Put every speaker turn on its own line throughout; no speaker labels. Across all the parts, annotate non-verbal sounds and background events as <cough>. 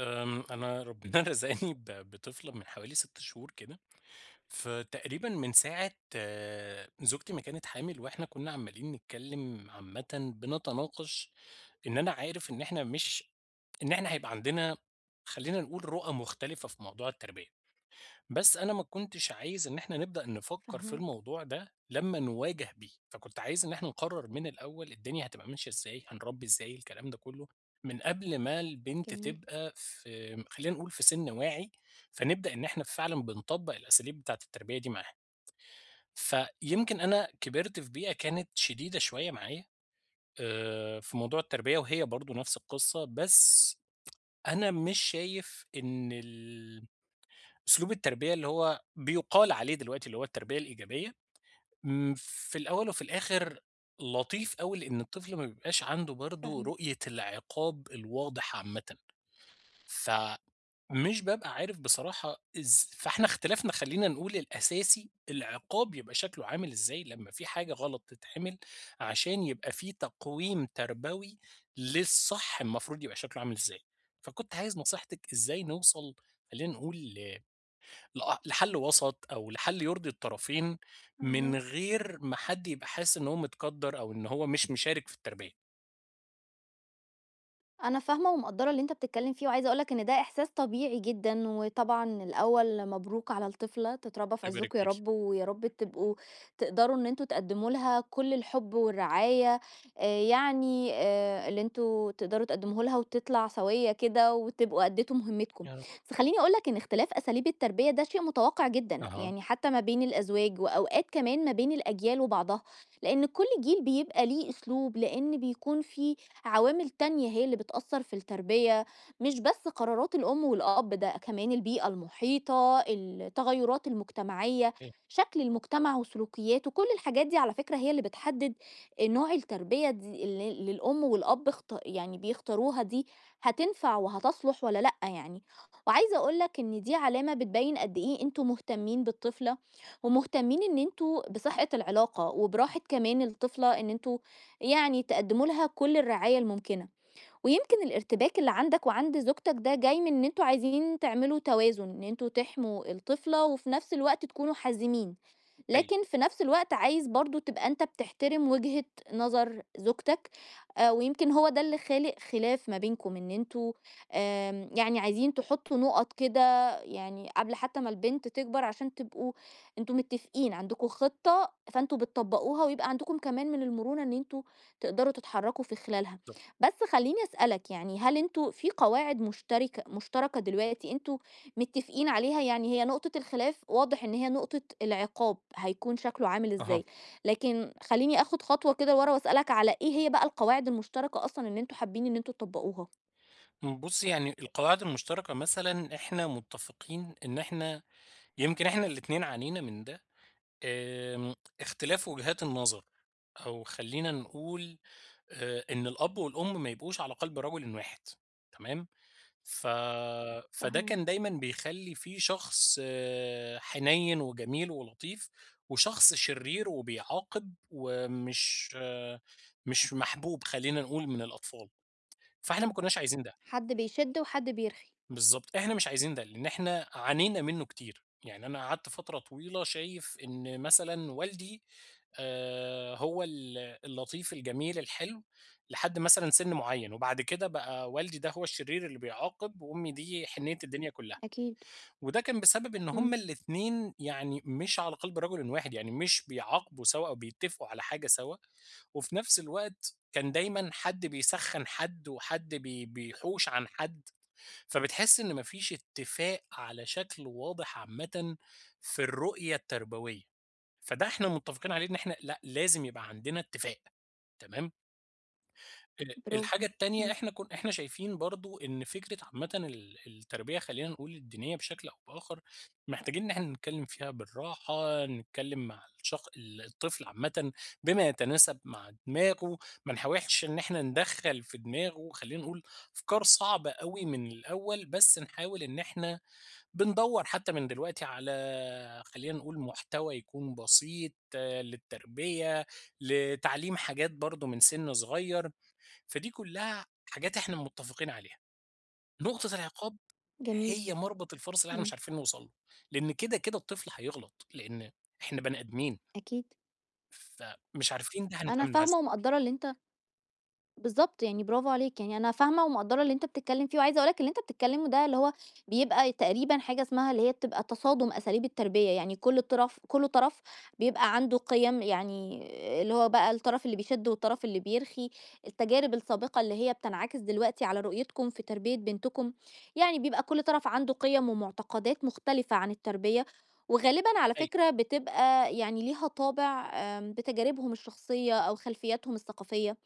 أنا ربنا <laughs> رزقني بطفلة من حوالي 6 شهور كده، فتقريبًا من ساعة زوجتي ما كانت حامل وإحنا كنا عمّالين نتكلّم عامةً بنتناقش إن أنا عارف إن إحنا مش إن إحنا هيبقى عندنا خلّينا نقول رؤى مختلفة في موضوع التربية. بس أنا ما كنتش عايز إن إحنا نبدأ نفكّر في
فاهماك،
الموضوع ده لمّا نواجه بيه، فكنت عايز إن إحنا نقرّر من الأول الدنيا هتبقى ماشية إزاي، هنربّي إزاي، الكلام ده كلّه، من قبل ما البنت
جميل،
تبقى في خلّينا نقول في سِن واعي، فنبدأ إن إحنا فعلًا بنطبّق الأساليب بتاعة التربية دي معاها. فيمكن أنا كبرت في بيئة كانت شديدة شوية معايا في موضوع التربية وهي برضه نفس القصة، بس أنا مش شايف إن أسلوب التربية اللي هو بيُقال عليه دلوقتي اللي هو التربية الإيجابية، في الأول وفي الآخر لطيف أوي لإن الطفل ما بيبقاش عنده برضه
فاهماك،
رؤية العقاب الواضح عامةً، فمش بابقى عارف بصراحة فإحنا اختلافنا خلّينا نقول الأساسي العقاب يبقى شكله عامل إزاي لمّا في حاجة غلط تتعمل، عشان يبقى في تقويم تربوي للصح المفروض يبقى شكله عامل إزاي، فكنت عايز نصيحتِك إزاي نوصل خلّينا نقول لأ لحل وسط أو لحل يرضي الطرفين، من
فاهماك.
غير ما حد يبقى حاسس إن هو متقدّر أو إن هو مش مشارك في التربية،
أنا فاهمة ومقدّرة اللي أنت بتتكلّم فيه، وعايزة أقول لك إن ده إحساس طبيعي جدًا، وطبعًا الأول مبروك على الطفلة، تتربّى في
الله يبارك
عزكم يا
فيكِ.
رب، ويا رب تبقوا تقدروا إن أنتم تقدّموا لها كل الحُب والرعاية يعني اللي أنتم تقدروا تقدّموه لها وتطلع سويّة كده وتبقوا أدّيتوا مهمتكم.
يا رب.
بس خلّيني أقول لك إن اختلاف أساليب التربية ده شيء متوقّع جدًا،
أها.
يعني حتى ما بين الأزواج وأوقات كمان ما بين الأجيال وبعضها. لأن كل جيل بيبقى ليه أسلوب، لأن بيكون في عوامل تانية هي اللي بتأثر في التربية، مش بس قرارات الأم والأب، ده كمان البيئة المحيطة، التغيرات المجتمعية،
أوكي.
شكل المجتمع وسلوكياته، كل الحاجات دي على فكرة هي اللي بتحدد نوع التربية دي، اللي الأم والأب يعني بيختاروها دي هتنفع وهتصلح ولا لأ يعني. وعايزة أقولك إن دي علامة بتبين قد إيه أنتوا مهتمين بالطفلة ومهتمين إن أنتم بصحة العلاقة، وبراحة كمان الطفلة، إن أنتم يعني تقدموا لها كل الرعاية الممكنة، ويمكن الارتباك اللي عندك وعند زوجتك ده جاي من إن أنتم عايزين تعملوا توازن، إن أنتم تحموا الطفلة وفي نفس الوقت تكونوا حازمين.
أيوه
لكن في نفس الوقت عايز برضه تبقى أنت بتحترم وجهة نظر زوجتك. ويمكن هو ده اللي خالق خلاف ما بينكم، إن أنتوا يعني عايزين تحطوا نقط كده يعني قبل حتى ما البنت تكبر، عشان تبقوا أنتوا متفقين عندكم خطة فأنتوا بتطبقوها، ويبقى عندكم كمان من المرونة إن أنتوا تقدروا تتحركوا في خلالها.
بالضبط،
بس خليني أسألك، يعني هل أنتوا في قواعد مشتركة دلوقتي أنتوا متفقين عليها؟ يعني هي نقطة الخلاف واضح إن هي نقطة العقاب هيكون شكله عامل
أها.
إزاي، لكن خلّيني آخد خطوة كده لورا وأسألك على إيه هي بقى القواعد المشتركة أصلًا إن أنتم حابين إن أنتم تطبّقوها؟
بُصّي يعني القواعد المشتركة مثلًا إحنا متفقين إن إحنا يمكن إحنا الاتنين عانينا من ده، آمم، اختلاف وجهات النظر، أو خلّينا نقول إن الأب والأم ما يبقوش على قلب رجل واحد، تمام؟ ف فده
فاهماك.
كان دايمًا بيخلّي في شخص حنيّن وجميل ولطيف، وشخص شرير وبيعاقب ومش آه، مش محبوب خلّينا نقول من الأطفال، فإحنا ما كناش عايزين ده،
حد بيشِد وحد بيرخي.
بالضبط، إحنا مش عايزين ده، لإن إحنا عانينا منه كتير، يعني أنا قعدت فترة طويلة شايف إن مثلًا والدي هو اللطيف الجميل الحلو لحد مثلًا سِن معيّن، وبعد كده بقى والدي ده هو الشرير اللي بيعاقب، وأمي دي حنيّة الدنيا كلها.
أكيد.
وده كان بسبب إن هُم
إمم،
الاتنين يعني مش على قلب رجل واحد، يعني مش بيعاقبوا سوا أو بيتفقوا على حاجة سوا، وفي نفس الوقت كان دايمًا حد بيسخّن حد وحد بيحوش عن حد، فبتحس إن ما فيش اتفاق على شكل واضح عامةً في الرؤية التربوية، فده إحنا متفقين عليه إن إحنا لأ، لازم يبقى عندنا اتفاق، تمام؟
برافو.
الحاجة التانية
إمم،
إحنا إحنا شايفين برضه إن فكرة عامةً التربية خلّينا نقول الدينية بشكل أو بآخر، محتاجين إن إحنا نتكلّم فيها بالراحة، نتكلّم مع الشخ ال الطفل عامةً بما يتناسب مع دماغه، ما نحاولش إن إحنا ندخّل في دماغه خلّينا نقول أفكار صعبة أوي من الأول، بس نحاول إن إحنا بندوّر حتى من دلوقتي على خلّينا نقول محتوى يكون بسيط للتربية، لتعليم حاجات برضه من سِن صغيّر. فدي كلها حاجات إحنا متفقين عليها. نقطة العقاب
جميل.
هي مربط الفرس اللي إحنا
إمم،
مش عارفين نوصل له، لإن كده، كده الطفل هيغلط، لإن إحنا بني آدمين،
أكيد.
فمش عارفين ده
أنا
هنتعامل معاه
فاهمة
إزاي.
ومقدّرة اللي أنت بالضبط، يعني برافو عليك، يعني أنا فاهمة ومقدّرة اللي أنت بتتكلّم فيه، وعايزة أقول لك اللي أنت بتتكلّمه ده اللي هو بيبقى تقريبًا حاجة اسمها اللي هي بتبقى تصادُم أساليب التربية، يعني كل طرف بيبقى عنده قِيَم، يعني اللي هو بقى الطرف اللي بيشِد والطرف اللي بيرخي، التجارب السابقة اللي هي بتنعكس دلوقتي على رؤيتكم في تربية بنتكم، يعني بيبقى كل طرف عنده قِيَم ومعتقدات مختلفة عن التربية، وغالبًا على
أيوه
فكرة بتبقى يعني ليها طابع بتجاربهم الشخصية أو خلفياتهم الثقافية.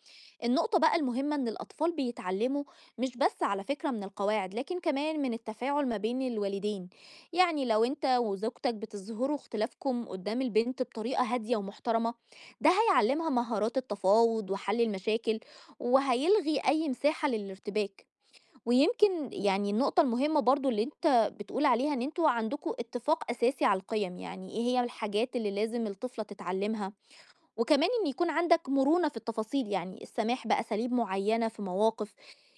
النقطة بقى المهمة إن الأطفال بيتعلموا مش بس على فكرة من القواعد، لكن كمان من التفاعل ما بين الوالدين. يعني لو أنت وزوجتك بتظهروا اختلافكم قدام البنت بطريقة هادية ومحترمة، ده هيعلمها مهارات التفاوض وحل المشاكل، وهيلغي أي مساحة للارتباك. ويمكن يعني النقطة المهمة برضو اللي انت بتقول عليها، ان انتوا عندكوا اتفاق اساسي على القيم، يعني ايه هي الحاجات اللي لازم الطفلة تتعلمها، وكمان إن يكون عندك مرونة في التفاصيل، يعني السماح بأساليب معينة في مواقف.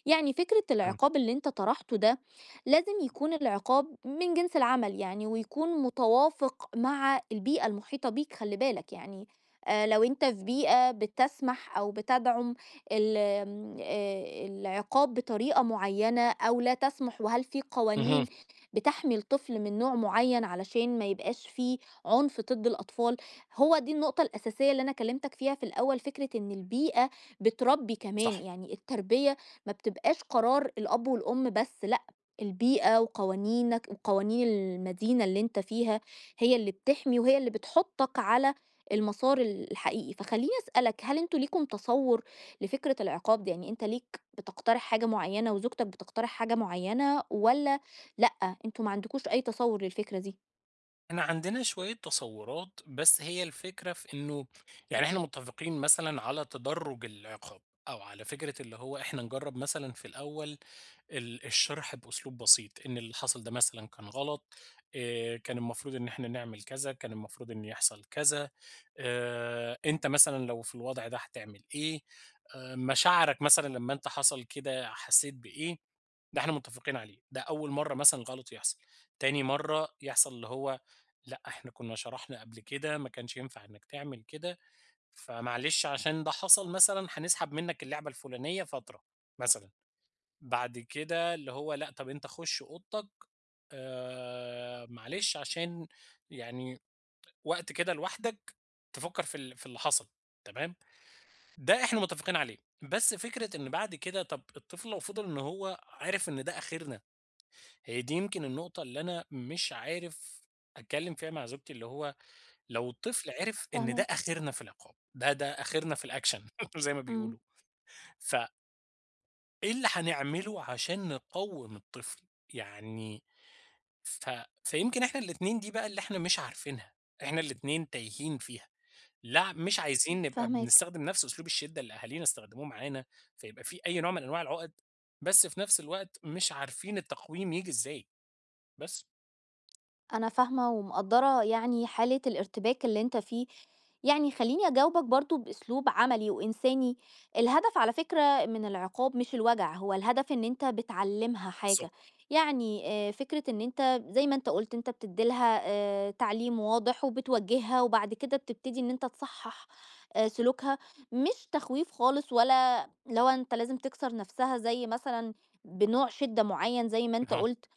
يعني فكرة
فاهمِك.
العقاب اللي انت طرحته ده، لازم يكون العقاب من جنس العمل، يعني ويكون متوافق مع البيئة المحيطة بيك، خلي بالك يعني لو انت في بيئة بتسمح او بتدعم ال- آم، آه، العقاب بطريقة معينة او لا تسمح، وهل في
اهم،
قوانين بتحمي الطفل من نوع معين علشان ما يبقاش فيه عنف ضد الأطفال. هو دي النقطة الأساسية اللي أنا كلمتك فيها في الأول، فكرة إن البيئة بتربي
صح.
كمان، يعني التربية ما بتبقاش قرار الأب والأم بس، لأ، البيئة وقوانينك وقوانين المدينة اللي أنت فيها هي اللي بتحمي وهي اللي بتحطك على المسار الحقيقي. فخليني أسألك، هل أنتوا ليكم تصور لفكرة العقاب دي؟ يعني أنت ليك بتقترح حاجة معينة وزوجتك بتقترح حاجة معينة، ولا لأ أنتوا ما عندكوش أي تصور للفكرة دي؟
إحنا عندنا شوية تصورات، بس هي الفكرة في إنه يعني إحنا متفقين مثلًا على تدرُّج العقاب أو على فكرة اللي هو إحنا نجرّب مثلًا في الأول الشرح بأسلوب بسيط، إن اللي حصل ده مثلًا كان غلط، كان المفروض إن إحنا نعمل كذا، كان المفروض إن يحصل كذا، أنت مثلًا لو في الوضع ده هتعمل إيه، مشاعرك مثلًا لمّا أنت حصل كده حسيت بإيه، ده إحنا متفقين عليه، ده أول مرّة مثلًا الغلط يحصل، تاني مرّة يحصل اللي هو لأ إحنا كنا شرحنا قبل كده، ما كانش ينفع إنك تعمل كده، فمعلش عشان ده حصل مثلًا هنسحب منك اللعبة الفلانية فترة مثلًا. بعد كده اللي هو لأ، طَب أنت خُش أوضتك معلش عشان يعني وقت كده لوحدك تفكّر في في اللي حصل تمام، ده إحنا متفقين عليه، بس فكرة إن بعد كده طَب الطفل لو فضل إن هو عارف إن ده آخرنا، هي دي يمكن النقطة اللي أنا مش عارف أتكلّم فيها مع زوجتي، اللي هو لو الطفل عرف إن ده
فاهمك.
آخرنا في العقاب، ده آخرنا في الأكشن <laughs> زي ما
مم.
بيقولوا، فإيه اللي هنعمله عشان نقوّم الطفل؟ يعني ف فيمكن إحنا الاتنين دي بقى اللي إحنا مش عارفينها، إحنا الاتنين تايهين فيها، لا مش عايزين نبقى
فاهمك.
بنستخدم نفس أسلوب الشدة اللي أهالينا استخدموه معانا، فيبقى في أي نوع من أنواع العُقد، بس في نفس الوقت مش عارفين التقويم ييجي إزاي، بس.
أنا فاهمة ومقدّرة يعني حالة الارتباك اللي أنت فيه، يعني خلّيني أجاوبك برضه بأسلوب عملي وإنساني. الهدف على فكرة من العقاب مش الوجع، هو الهدف إن أنت بتعلّمها حاجة.
بالضبط.
يعني فكرة إن أنت زي ما أنت قُلت أنت بتدّي لها تعليم واضح وبتوجّهها، وبعد كده بتبتدي إن أنت تصحّح سلوكها، مش تخويف خالص، ولا اللي هو أنت لازم تكسر نَفْسها زي مثلًا بنوع شِدّة معيّن زي ما
<laughs>
أنت
آه،
قُلت.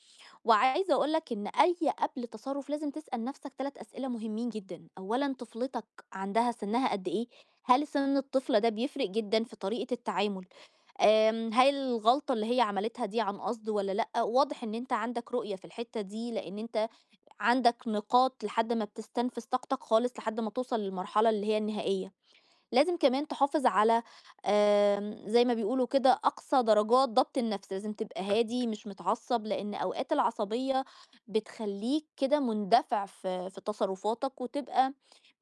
وعايزة أقول لك إن أي قبل تصرُّف لازم تسأل نَفْسك 3 أسئلة مهمين جدًا. أولًا، طفلتك عندها سِنّها قد إيه؟ هل سِن الطفلة ده بيفرق جدًا في طريقة التعامل؟ هل الغلطة اللي هي عملتها دي عن قصد والّا لأ؟ واضح إن أنت عندك رؤية في الحتّة دي، لإن أنت عندك نقاط لحد ما بتستنفذ طاقتك خالص لحد ما توصل للمرحلة اللي هي النهائية. لازم كمان تحافظ على زي ما بيقولوا كده أقصى درجات ضبط النفس، لازم تبقى
آه،
هادي مش متعصب، لإن أوقات العصبية بتخلّيك كده مندفع في تصرفاتك، وتبقى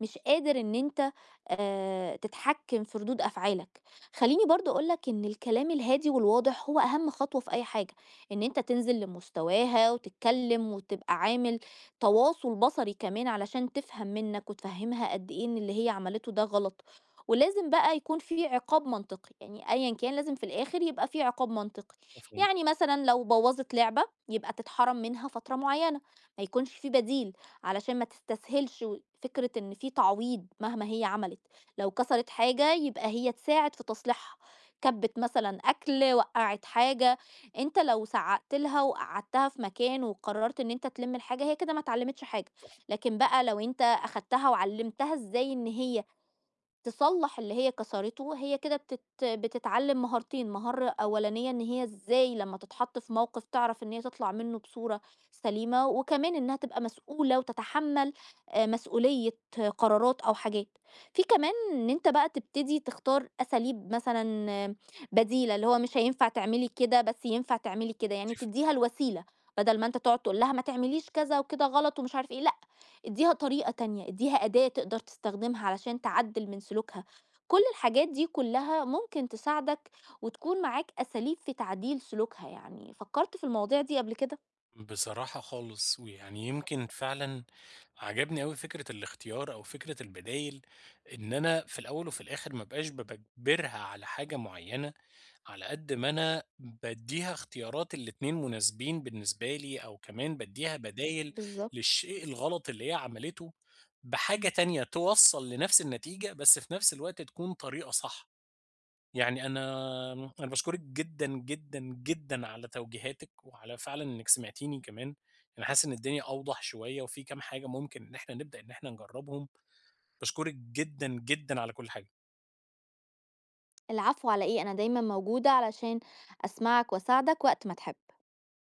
مش قادر إن أنت تتحكم في ردود أفعالك. خلّيني برضه أقول لك إن الكلام الهادي والواضح هو أهم خطوة في أي حاجة، إن أنت تنزل لمستواها وتتكلم وتبقى عامل تواصل بصري كمان علشان تفهم منّك وتفهمها قد إيه إن اللي هي عملته ده غلط. ولازم بقى يكون في عقاب منطقي، يعني أيًا كان لازم في الآخر يبقى في عقاب منطقي.
مفهوم.
يعني مثلًا لو بوّظت لعبة يبقى تتحرم منها فترة معيّنة، ما يكونش في بديل، علشان ما تستسهلش و فكرة إن في تعويض مهما هي عملت. لو كسرت حاجة يبقى هي تساعد في تصليحها، كبِّت مثلًا أكل، وقّعت حاجة، أنت لو سعّقت لها وقعدتها في مكان وقررت إن أنت تلم الحاجة، هي كده ما اتعلمتش حاجة، لكن بقى لو أنت أخدتها وعلمتها إزاي إن هي تصلّح اللي هي كسرته، هي كده بتتعلّم مهارتين، مهارة أولانية إن هي إزاي لمّا تتحط في موقف تعرف إن هي تطلع منّه بصورة سليمة، وكمان إنها تبقى مسؤولة وتتحمّل مسؤولية قرارات أو حاجات. في كمان إن أنت بقى تبتدي تختار أساليب مثلًا بديلة، اللي هو مش هينفع تعملي كده، بس ينفع تعملي كده، يعني تدّيها الوسيلة، بدل ما أنت تقعد تقول لها ما تعمليش كذا وكده غلط ومش عارف إيه، لأ ادّيها طريقة تانية، ادّيها أداة تقدر تستخدمها علشان تعدّل من سلوكها. كل الحاجات دي كلّها ممكن تساعدك وتكون معاك أساليب في تعديل سلوكها. يعني، فكّرت في المواضيع دي قبل كده؟
بصراحة خالص، ويعني يمكن فعلًا عجبني أوي فكرة الاختيار أو فكرة البدايل، إن أنا في الأول وفي الآخر ما ابقاش باجبرها على حاجة معيّنة على قد ما أنا بادّيها اختيارات الاتنين مناسبين بالنسبة لي، أو كمان بادّيها بدايل
بالضبط.
للشيء الغلط اللي هي عملته، بحاجة تانية توصّل لنفس النتيجة، بس في نفس الوقت تكون طريقة صح. يعني أنا باشكرِك جدًا، جدًا، جدًا على توجيهاتِك، وعلى فعلًا إنِّك سمعتيني كمان. أنا حاسس إن الدنيا أوضح شوية، وفي كام حاجة ممكن إن إحنا نبدأ إن إحنا نجرّبهم. باشكرِك جدًا، جدًا على كل حاجة.
العفو، على إيه؟ أنا دايمًا موجودة علشان أسمعك وأساعدك وقت ما تحب.